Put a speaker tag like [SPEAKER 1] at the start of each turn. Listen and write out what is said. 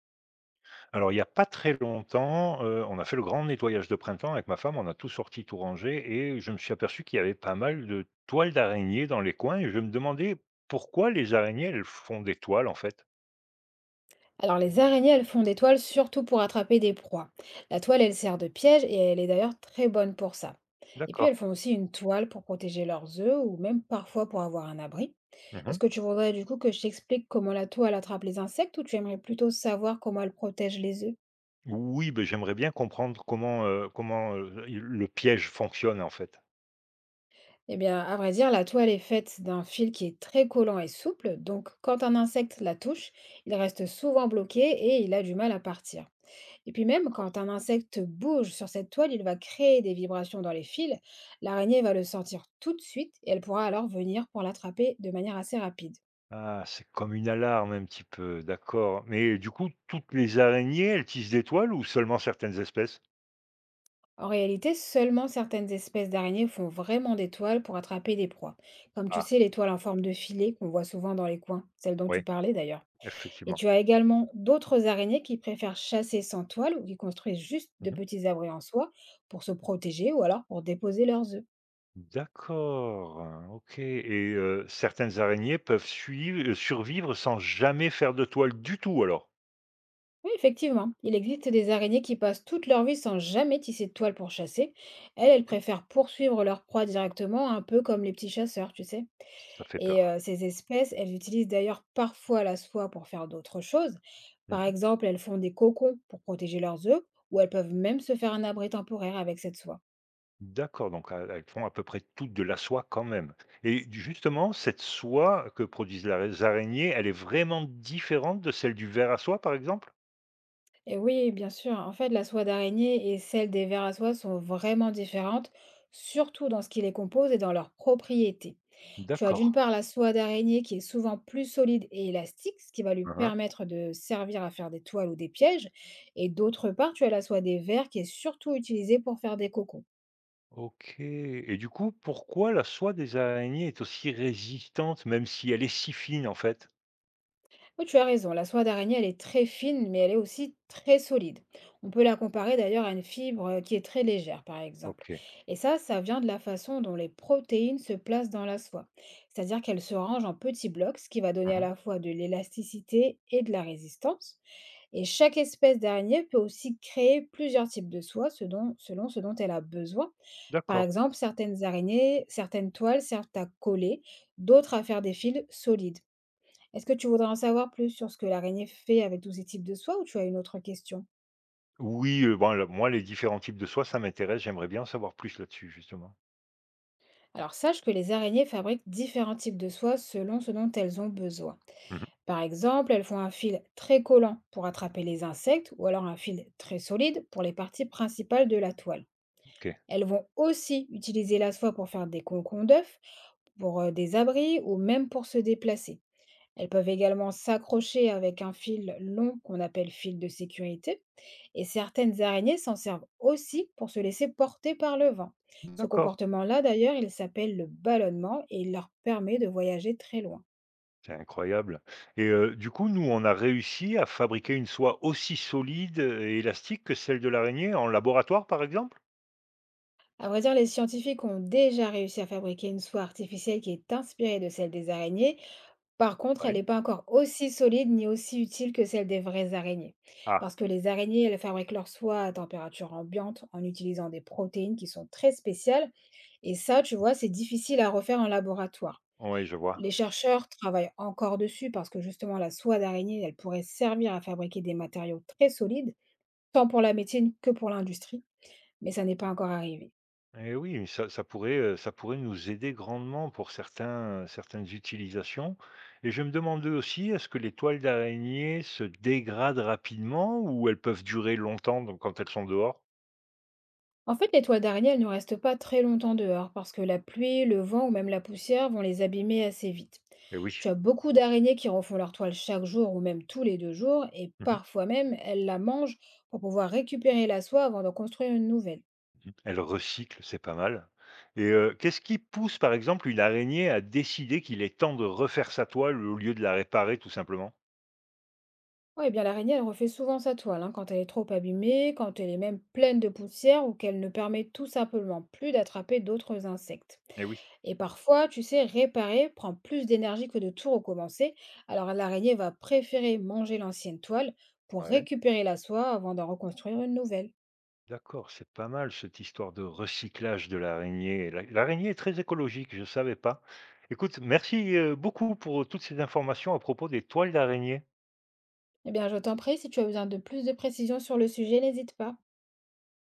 [SPEAKER 1] Alors, il y a pas très longtemps, on a fait le grand nettoyage de printemps avec ma femme, on a tout sorti, tout rangé et je me suis aperçu qu'il y avait pas mal de toiles d'araignées dans les coins et je me demandais pourquoi les araignées, elles font des toiles, en fait?
[SPEAKER 2] Alors les araignées, elles font des toiles surtout pour attraper des proies. La toile, elle sert de piège et elle est d'ailleurs très bonne pour ça. Et puis
[SPEAKER 1] D'accord.
[SPEAKER 2] elles font aussi une toile pour protéger leurs œufs ou même parfois pour avoir un abri. Est-ce
[SPEAKER 1] Mmh.
[SPEAKER 2] que tu voudrais du coup que je t'explique comment la toile attrape les insectes ou tu aimerais plutôt savoir comment elle protège les œufs?
[SPEAKER 1] Oui, ben j'aimerais bien comprendre il le piège fonctionne, en fait.
[SPEAKER 2] Eh bien, à vrai dire, la toile est faite d'un fil qui est très collant et souple, donc quand un insecte la touche, il reste souvent bloqué et il a du mal à partir. Et puis même
[SPEAKER 1] D'accord.
[SPEAKER 2] quand un insecte bouge sur cette toile, il va créer des vibrations dans les fils. L'araignée va le sentir tout de suite et elle pourra alors venir pour l'attraper de manière assez rapide.
[SPEAKER 1] Ah, c'est comme une alarme un petit peu, d'accord. Mais du coup, toutes les araignées, elles tissent des toiles ou seulement certaines espèces?
[SPEAKER 2] En réalité, seulement certaines espèces d'araignées font vraiment des toiles pour attraper des proies. Comme tu
[SPEAKER 1] Ah,
[SPEAKER 2] sais, les toiles en forme de filet qu'on voit souvent dans les coins, celles dont
[SPEAKER 1] oui,
[SPEAKER 2] tu parlais d'ailleurs. Et
[SPEAKER 1] effectivement.
[SPEAKER 2] tu as également d'autres araignées qui préfèrent chasser sans toile ou qui construisent juste de
[SPEAKER 1] Mmh.
[SPEAKER 2] petits abris en soie pour se protéger ou alors pour déposer leurs œufs.
[SPEAKER 1] D'accord. OK et certaines araignées peuvent survivre sans jamais faire de toile du tout alors?
[SPEAKER 2] Oui, effectivement. Il existe des araignées qui passent toute leur vie sans jamais tisser de toile pour chasser. Elles, elles
[SPEAKER 1] Mmh.
[SPEAKER 2] préfèrent poursuivre leur proie directement, un peu comme les petits chasseurs, tu sais.
[SPEAKER 1] Ça fait
[SPEAKER 2] Et
[SPEAKER 1] peur.
[SPEAKER 2] ces espèces, elles utilisent d'ailleurs parfois la soie pour faire d'autres choses. Par
[SPEAKER 1] Mmh.
[SPEAKER 2] exemple, elles font des cocons pour protéger leurs œufs, ou elles peuvent même se faire un abri temporaire avec cette soie.
[SPEAKER 1] D'accord, donc elles font à peu près toutes de la soie quand même. Et justement, cette soie que produisent la les araignées, elle est vraiment différente de celle du ver à soie, par exemple?
[SPEAKER 2] Et oui, bien sûr. En fait, la soie d'araignée et celle des vers à soie sont vraiment différentes, surtout dans ce qui les compose et dans leurs propriétés. Tu as
[SPEAKER 1] D'accord.
[SPEAKER 2] d'une part la soie d'araignée qui est souvent plus solide et élastique, ce qui va lui
[SPEAKER 1] Hein, hein.
[SPEAKER 2] permettre de servir à faire des toiles ou des pièges. Et d'autre part, tu as la soie des vers qui est surtout utilisée pour faire des cocons.
[SPEAKER 1] OK et du coup, pourquoi la soie des araignées est aussi résistante, même si elle est si fine, en fait?
[SPEAKER 2] Oui, tu as raison, la soie d'araignée, elle est très fine, mais elle est aussi très solide. On peut la comparer d'ailleurs à une fibre qui est très légère, par exemple.
[SPEAKER 1] OK.
[SPEAKER 2] Et ça vient de la façon dont les protéines se placent dans la soie. C'est-à-dire qu'elles se rangent en petits blocs, ce qui va donner à
[SPEAKER 1] Mmh.
[SPEAKER 2] la fois de l'élasticité et de la résistance. Et chaque espèce d'araignée peut aussi créer plusieurs types de soie selon, selon ce dont elle a besoin. Par
[SPEAKER 1] D'accord.
[SPEAKER 2] exemple, certaines araignées, certaines toiles servent à coller, d'autres à faire des fils solides. Est-ce que tu voudrais en savoir plus sur ce que l'araignée fait avec tous ces types de soie ou tu as une autre question?
[SPEAKER 1] Oui, bon, alors moi, les différents types de soie, ça m'intéresse. J'aimerais bien en savoir plus là-dessus, justement.
[SPEAKER 2] Alors sache que les araignées fabriquent différents types de soie selon ce dont elles ont besoin.
[SPEAKER 1] Mmh.
[SPEAKER 2] Par exemple, elles font un fil très collant pour attraper les insectes ou alors un fil très solide pour les parties principales de la toile.
[SPEAKER 1] OK.
[SPEAKER 2] Elles vont aussi utiliser la soie pour faire des cocons d'œufs, pour des abris ou même pour se déplacer. Elles peuvent également s'accrocher avec un fil long qu'on appelle fil de sécurité, et certaines araignées s'en servent aussi pour se laisser porter par le vent. Ce
[SPEAKER 1] D'accord,
[SPEAKER 2] comportement-là, d'ailleurs, il s'appelle le ballonnement et il leur permet de voyager très loin.
[SPEAKER 1] c'est incroyable. Et du coup, nous, on a réussi à fabriquer une soie aussi solide et élastique que celle de l'araignée en laboratoire, par exemple?
[SPEAKER 2] À vrai dire, les scientifiques ont déjà réussi à fabriquer une soie artificielle qui est inspirée de celle des araignées. Par contre, elle
[SPEAKER 1] Ouais.
[SPEAKER 2] n'est pas encore aussi solide ni aussi utile que celle des vraies araignées.
[SPEAKER 1] Ah,
[SPEAKER 2] Parce que les araignées, elles fabriquent leur soie à température ambiante en utilisant des protéines qui sont très spéciales. Et ça, tu vois, c'est difficile à refaire en laboratoire.
[SPEAKER 1] ouais, je vois.
[SPEAKER 2] Les chercheurs travaillent encore dessus parce que justement, la soie d'araignée, elle pourrait servir à fabriquer des matériaux très solides, tant pour la médecine que pour l'industrie. Mais ça n'est pas encore arrivé.
[SPEAKER 1] Eh oui, mais ça pourrait, ça pourrait nous aider grandement pour certains certaines utilisations. Et je me demandais aussi, est-ce que les toiles d'araignée se dégradent rapidement ou elles peuvent durer longtemps, donc quand elles sont dehors?
[SPEAKER 2] En fait, les toits d'Ariel ne restent pas très longtemps dehors parce que la pluie, le vent ou même la poussière vont les abîmer assez vite.
[SPEAKER 1] Eh oui.
[SPEAKER 2] Tu as beaucoup d'araignées qui refont leur toile chaque jour ou même tous les deux jours et
[SPEAKER 1] Mmh.
[SPEAKER 2] parfois même elles la mangent pour pouvoir récupérer la soie avant d'en construire une nouvelle.
[SPEAKER 1] Elle recycle, c'est pas mal. Et qu'est-ce qui pousse, par exemple, une araignée à décider qu'il est temps de refaire sa toile au lieu de la réparer tout simplement?
[SPEAKER 2] Oui, bien l'araignée, elle refait souvent sa toile hein, quand elle est trop abîmée, quand elle est même pleine de poussière ou qu'elle ne permet tout simplement plus d'attraper d'autres insectes.
[SPEAKER 1] Eh oui,
[SPEAKER 2] Et parfois, tu sais, réparer prend plus d'énergie que de tout recommencer, alors l'araignée va préférer manger l'ancienne toile pour
[SPEAKER 1] ouais.
[SPEAKER 2] récupérer la soie avant d'en reconstruire une nouvelle.
[SPEAKER 1] D'accord, c'est pas mal cette histoire de recyclage de l'araignée. L'araignée est très écologique, je ne savais pas. Écoute, merci, beaucoup pour toutes ces informations à propos des toiles d'araignée.
[SPEAKER 2] Eh bien, je t'en prie, si tu as besoin de plus de précisions sur le sujet, n'hésite pas.